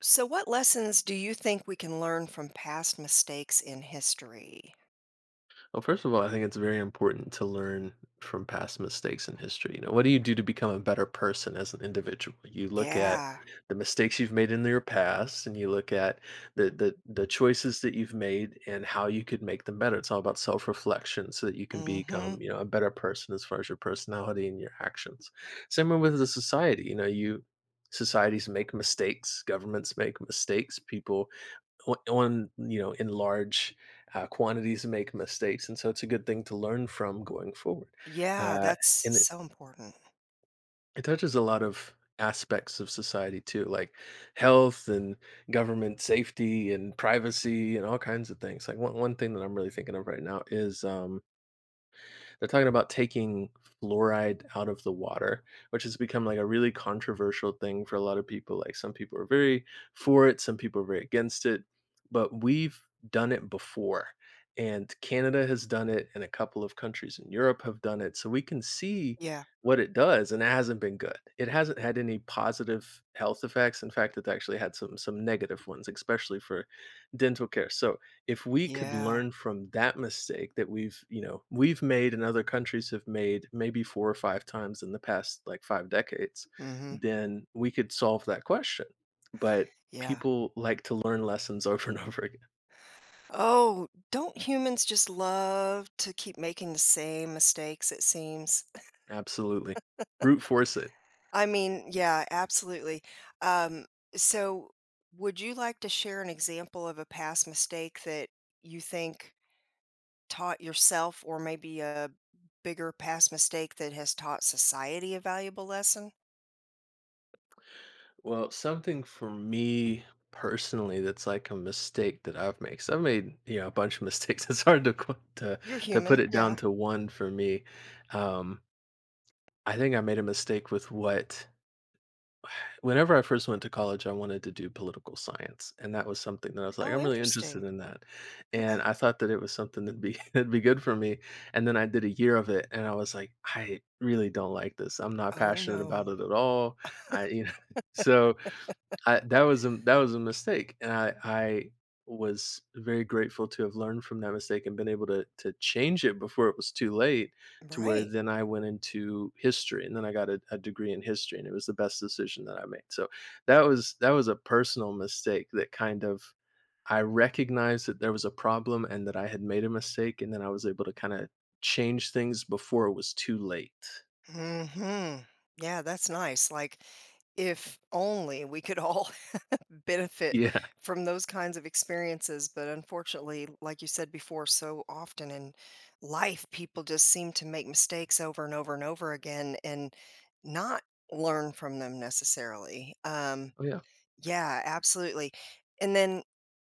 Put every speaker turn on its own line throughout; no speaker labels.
So, what lessons do you think we can learn from past mistakes in history?
Well, first of all, I think it's very important to learn from past mistakes in history. You know, what do you do to become a better person as an individual? You look at
Yeah.
the mistakes you've made in your past, and you look at the choices that you've made and how you could make them better. It's all about self reflection, so that you can
Hmm.
become a better person as far as your personality and your actions. Same way with the society. You know, you Societies make mistakes, governments make mistakes, people o on, in large, quantities make mistakes, and so it's a good thing to learn from going forward.
Yeah,
Uh,
that's
and it
so important.
it touches a lot of aspects of society too, like health and government safety and privacy and all kinds of things. Like, one thing that I'm really thinking of right now is, they're talking about taking fluoride out of the water, which has become like a really controversial thing for a lot of people. Like, some people are very for it, some people are very against it, but we've done it before. And Canada has done it, and a couple of countries in Europe have done it. So we can see
Yeah.
what it does, and it hasn't been good. It hasn't had any positive health effects. In fact, it's actually had some negative ones, especially for dental care. So if we could
Yeah.
learn from that mistake that we've made and other countries have made maybe 4 or 5 times in the past, like, 5 decades,
Hmm.
then we could solve that question. But
Yeah.
people like to learn lessons over and over again.
Oh, don't humans just love to keep making the same mistakes, it seems?
Absolutely. Brute force it.
I mean, yeah, absolutely. Um, so, would you like to share an example of a past mistake that you think taught yourself or maybe a bigger past mistake that has taught society a valuable lesson?
Well, something for me personally that's like a mistake that I've made, 'cause I've made a bunch of mistakes. It's hard to qu
You're
to put
human,
it down
yeah.
to 1 for me. Um, I think I made a mistake with what whenever I first went to college. I wanted to do political science, and that was something that I was like,
Oh,
"I'm really interested
interesting.
in that," and
Okay.
I thought that it was something that'd be that'd be good for me. And then I did a year of it, and I was like, "I really don't like this. I'm not
Oh,
passionate
no.
about it at all." I, you know, so I that was a mistake, and I was very grateful to have learned from that mistake and been able to change it before it was too late. To where
Right.
then I went into history, and then I got a degree in history, and it was the best decision that I made. So that was a personal mistake that kind of, I recognized that there was a problem and that I had made a mistake, and then I was able to kind of change things before it was too late.
Mhm. Yeah, that's nice. Like, if only we could all benefit
Yeah.
from those kinds of experiences. But unfortunately, like you said before, so often in life, people just seem to make mistakes over and over and over again and not learn from them necessarily.
Oh yeah.
Yeah, absolutely. And then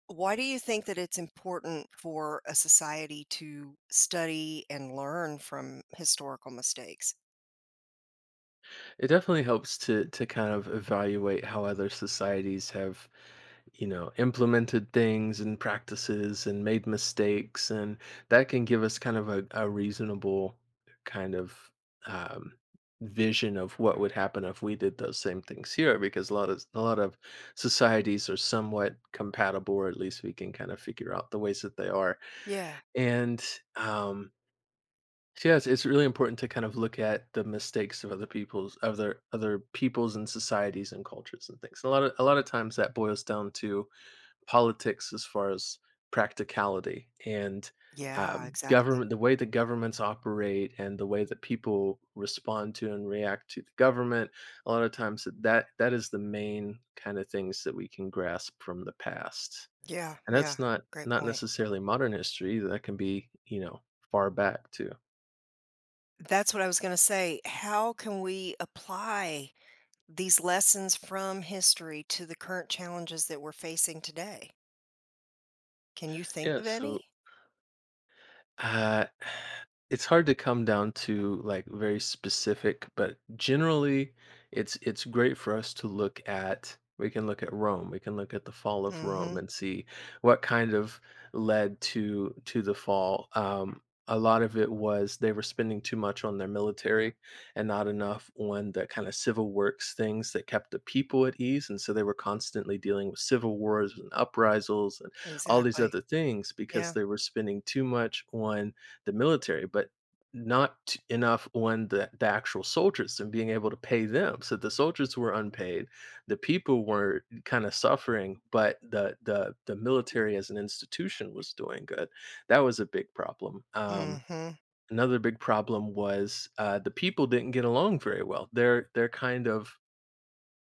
why do you think that it's important for a society to study and learn from historical mistakes?
It definitely helps to kind of evaluate how other societies have, implemented things and practices and made mistakes, and that can give us kind of a reasonable kind of um, vision of what would happen if we did those same things here. Because a lot of societies are somewhat compatible, or at least we can kind of figure out the ways that they are.
Yeah.
And um, yes, it's really important to kind of look at the mistakes of other people's other other peoples and societies and cultures and things. A lot of times that boils down to politics, as far as practicality and
Yeah, exactly.
government, the way the governments operate and the way that people respond to and react to the government. A lot of times that is the main kind of things that we can grasp from the past,
Yeah,
and that's
yeah.
not
Great
not
point.
necessarily modern history. That can be far back too.
That's what I was going to say. How can we apply these lessons from history to the current challenges that we're facing today? Can you think of
Yes.
any?
Uh, it's hard to come down to like very specific, but generally it's great for us to look at we can look at Rome, we can look at the fall of Rome
Mhm.
and see what kind of led to the fall. A lot of it was they were spending too much on their military and not enough on the kind of civil works things that kept the people at ease. And so they were constantly dealing with civil wars and uprisals, all these
Exactly.
other things, because
Yeah.
they were spending too much on the military, but not enough on the actual soldiers and being able to pay them. So the soldiers were unpaid. The people were kind of suffering, but the military as an institution was doing good. That was a big problem.
Mhm.
Another big problem was, the people didn't get along very well. They're kind of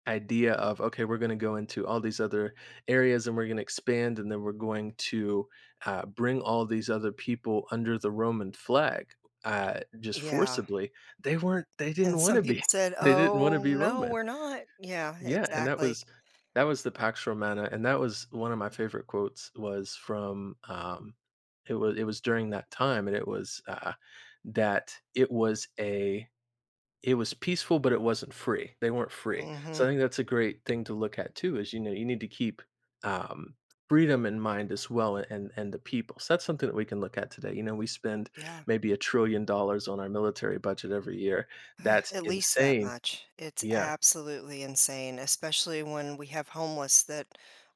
idea of, okay, we're going to go into all these other areas and we're going to expand, and then we're going to, bring all these other people under the Roman flag, just
Yeah.
forcibly. They weren't they didn't
And
want
some
to be
people said,
they didn't want to
"Oh,
be
no,
Roman.
we're not." Yeah,
Yeah, and that
exactly.
was the Pax Romana, and that was one of my favorite quotes, was from it was during that time. And it was that it was a it was peaceful, but it wasn't free. They weren't free. So I
Mhm.
think that's a great thing to look at too, is, you need to keep, um, freedom in mind as well, and the people. So that's something that we can look at today. You know, we spend
Yeah.
maybe $1 trillion on our military budget every year.
Ugh,
That's
at least that
insane.
much. It's
Yeah,
absolutely insane, especially when we have homeless that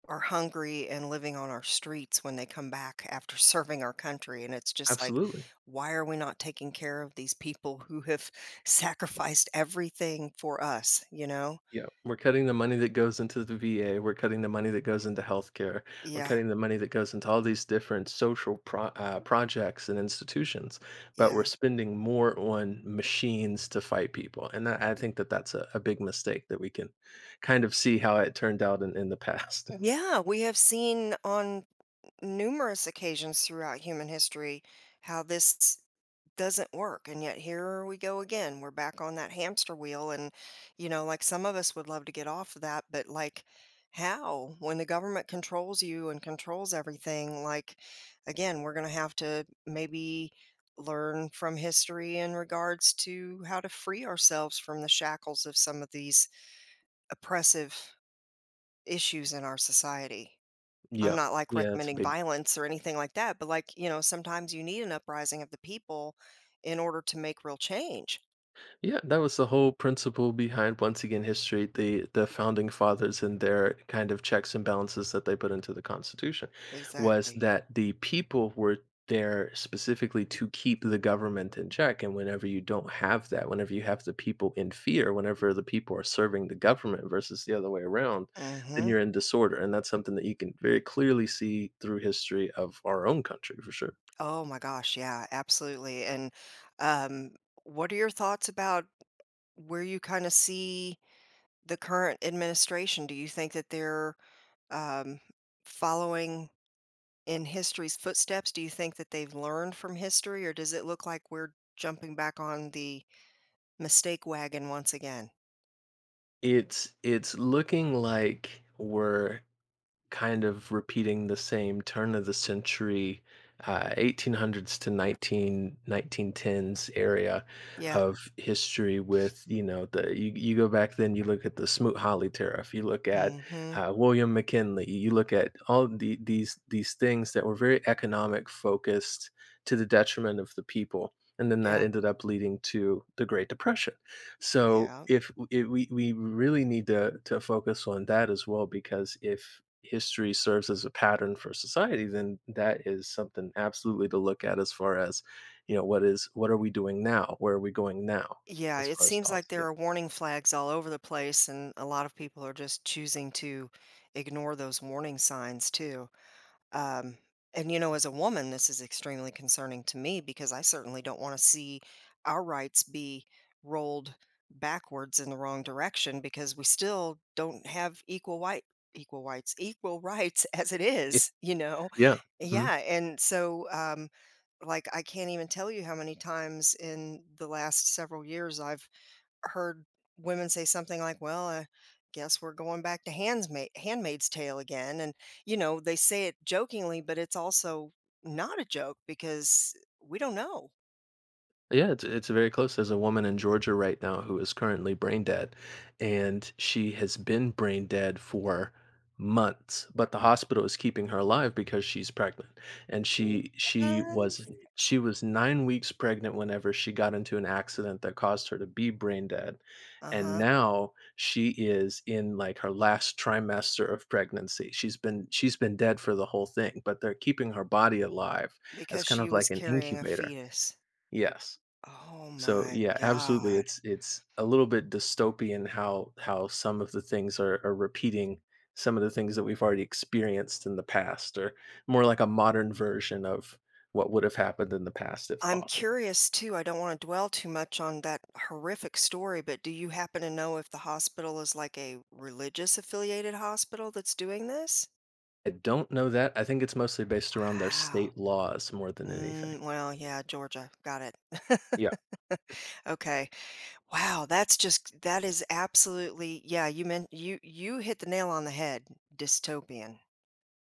are hungry and living on our streets when they come back after serving our country, and it's just like,
absolutely.
why are we not taking care of these people who have sacrificed everything for us, you know?
Yeah, we're cutting the money that goes into the VA. We're cutting the money that goes into healthcare. We're
Yeah,
cutting the money that goes into all these different social projects and institutions, but we're
yeah.
spending more on machines to fight people. And that, I think that that's a big mistake that we can kind of see how it turned out in the past.
Yeah, we have seen on numerous occasions throughout human history how this doesn't work, and yet here we go again, we're back on that hamster wheel. And like some of us would love to get off of that, but like, how, when the government controls you and controls everything? Like, again, we're going to have to maybe learn from history in regards to how to free ourselves from the shackles of some of these oppressive issues in our society. I'm
Yeah,
not like
yeah, it's a
recommending
big
violence or anything like that, but like, sometimes you need an uprising of the people in order to make real change.
Yeah, that was the whole principle behind, once again, history, the founding fathers and their kind of checks and balances that they put into the Constitution, was
Exactly.
that the people were there specifically to keep the government in check. And whenever you don't have that, whenever you have the people in fear, whenever the people are serving the government versus the other way around, then
Hmm.
you're in disorder. And that's something that you can very clearly see through history of our own country for sure.
Oh my gosh. Yeah, absolutely. And um, what are your thoughts about where you kind of see the current administration? Do you think that they're um, following in history's footsteps? Do you think that they've learned from history, or does it look like we're jumping back on the mistake wagon once again?
It's looking like we're kind of repeating the same turn of the century, 1800s to 19 1910s area
Yeah.
of history. With, you know, the, you go back, then you look at the Smoot-Hawley tariff, you look at,
Hmm.
William McKinley, you look at all these things that were very economic focused to the detriment of the people, and then that
Yeah,
ended up leading to the Great Depression. So
yeah.
if we really need to focus on that as well, because if history serves as a pattern for society, then that is something absolutely to look at, as far as what are we doing now, where are we going now,
Yeah,
as
it
far as
seems
policy.
like
Yeah,
there are warning flags all over the place, and a lot of people are just choosing to ignore those warning signs too. Um, and, you know, as a woman, this is extremely concerning to me because I certainly don't want to see our rights be rolled backwards in the wrong direction, because we still don't have equal white equal whites equal rights as it
yeah,
is, you know?
yeah. Mhm.
Yeah, and so. Like, I can't even tell you how many times in the last several years I've heard women say something like, "Well, I guess we're going back to handsma Handmaid's Tale again," and, you know, they say it jokingly, but it's also not a joke because we don't know.
Yeah, it's very close. There's a woman in Georgia right now who is currently brain dead, and she has been brain dead for months, but the hospital is keeping her alive because she's pregnant. And she she was
What?
she was 9 weeks pregnant whenever she got into an accident that caused her to be brain dead. And
Uh-huh,
now she is in like her last trimester of pregnancy. She's been dead for the whole thing, but they're keeping her body alive as
because
kind
she
of
was
like an
carrying a
incubator.
fetus.
Yes.
Oh
So
my
yeah, absolutely.
god.
It's a little bit dystopian how some of the things are, repeating some of the things that we've already experienced in the past, or more like a modern version of what would have happened in the past if
I'm
possible.
curious too, I don't want to dwell too much on that horrific story, but do you happen to know if the hospital is like a religious affiliated hospital that's doing this?
I don't know that. I think it's mostly based around their
Wow.
state laws more than anything.
Mm, well, yeah, Georgia. Got it.
Yeah,
Okay. Wow, that's just that is absolutely yeah, you hit the nail on the head, dystopian.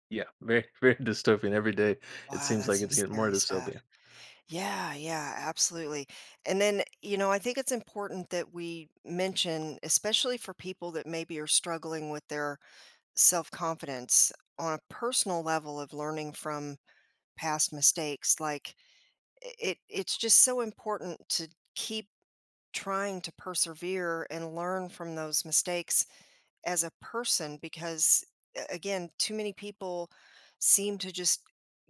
yeah, very very dystopian every day. It
Wow,
seems
that's
like
some
it's getting more
scary
dystopian.
stuff. Yeah, yeah, absolutely. And then, you know, I think it's important that we mention, especially for people that maybe are struggling with their self confidence on a personal level of learning from past mistakes, like it 's just so important to keep trying to persevere and learn from those mistakes as a person, because again, too many people seem to just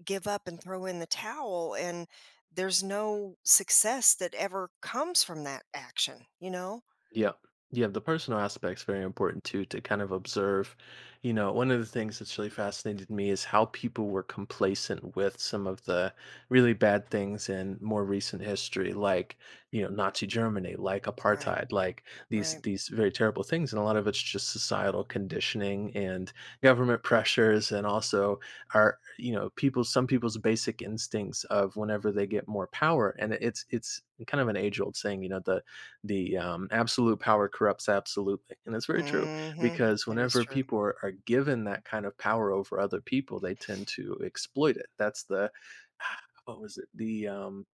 give up and throw in the towel, and there's no success that ever comes from that action, you know?
Yeah. Yeah, the personal aspect's very important too to kind of observe. You know, one of the things that's really fascinated me is how people were complacent with some of the really bad things in more recent history, like, you know, Nazi Germany, like
Right.
apartheid, like these
Right.
these very terrible things. And a lot of it's just societal conditioning and government pressures, and also our, you know, people some people's basic instincts of whenever they get more power. And it's kind of an age old saying, you know, the absolute power corrupts absolutely. And that's very true,
Mhm,
because
that is
whenever
true.
people are given that kind of power over other people, they tend to exploit it. That's what was it?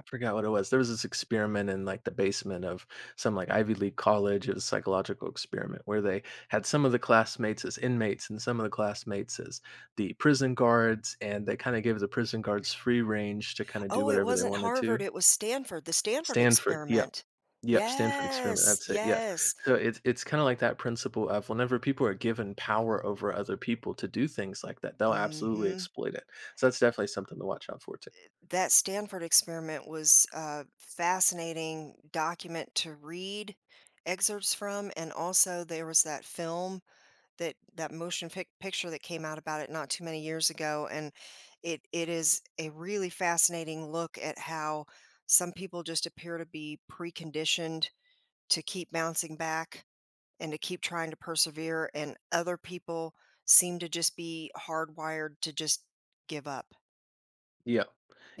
I forgot what it was. There was this experiment in like the basement of some like Ivy League college. It was a psychological experiment where they had some of the classmates as inmates and some of the classmates as the prison guards. And they kind of gave the prison guards free range to kind of do
Oh, it
whatever they
wasn't
wanted
Harvard,
to.
it was Stanford. The Stanford
Stanford. Yeah.
experiment.
Yep, Stanford experiment,
Yes,
that's it, yes.
yes.
So it's kinda like that principle of, whenever people are given power over other people to do things like that, they'll
Mm.
absolutely
Mhm.
exploit it. So that's definitely something to watch out for too.
That Stanford experiment was a fascinating document to read excerpts from, and also there was that film, that motion pic picture that came out about it not too many years ago, and it is a really fascinating look at how some people just appear to be preconditioned to keep bouncing back and to keep trying to persevere, and other people seem to just be hardwired to just give up.
Yeah.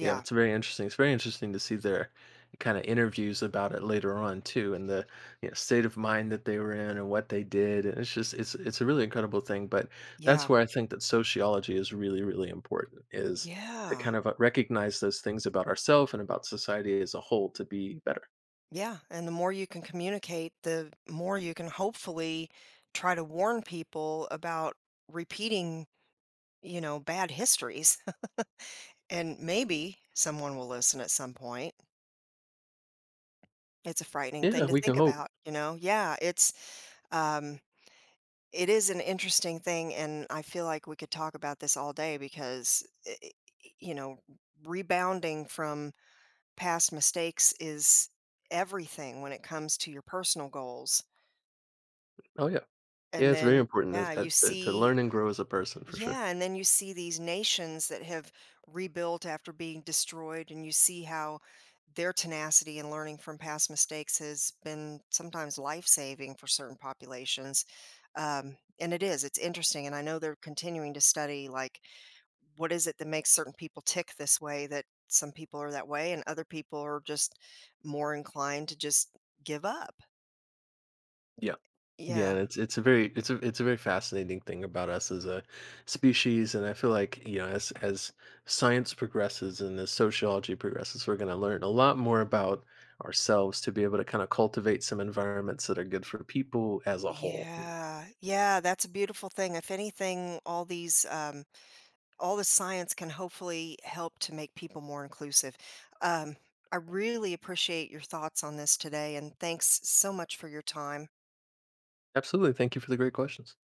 Yeah, it's very interesting. It's very interesting to see their kinda interviews about it later on too, and the state of mind that they were in and what they did. And it's just it's a really incredible thing. But that's
Yeah.
where I think that sociology is really, really important, is to
Yeah.
kind of, recognize those things about ourselves and about society as a whole to be better.
Yeah, and the more you can communicate, the more you can hopefully try to warn people about repeating, you know, bad histories. And maybe someone will listen at some point. It's a frightening
Yeah,
thing to
we can
think
hope.
about, you know? Um, it is an interesting thing. And I feel like we could talk about this all day because, you know, rebounding from past mistakes is everything when it comes to your personal goals.
Oh yeah. Yeah,
And
it's very
then,
important, as
yeah,
uh,
you
to to learn
see
and grow as a person for sure.
yeah, and then you see these nations that have rebuilt after being destroyed, and you see how their tenacity and learning from past mistakes has been sometimes life-saving for certain populations. And it is, it's interesting, and I know they're continuing to study, like, what is it that makes certain people tick this way, that some people are that way and other people are just more inclined to just give up.
Yeah. Yeah,
Yeah.
and it's a very fascinating thing about us as a species, and I feel like, as science progresses and as sociology progresses, we're going to learn a lot more about ourselves to be able to kind of cultivate some environments that are good for people as a whole.
Yeah, yeah, that's a beautiful thing. If anything, all these, all the science can hopefully help to make people more inclusive. Um, I really appreciate your thoughts on this today, and thanks so much for your time.
Absolutely, thank you for the great questions.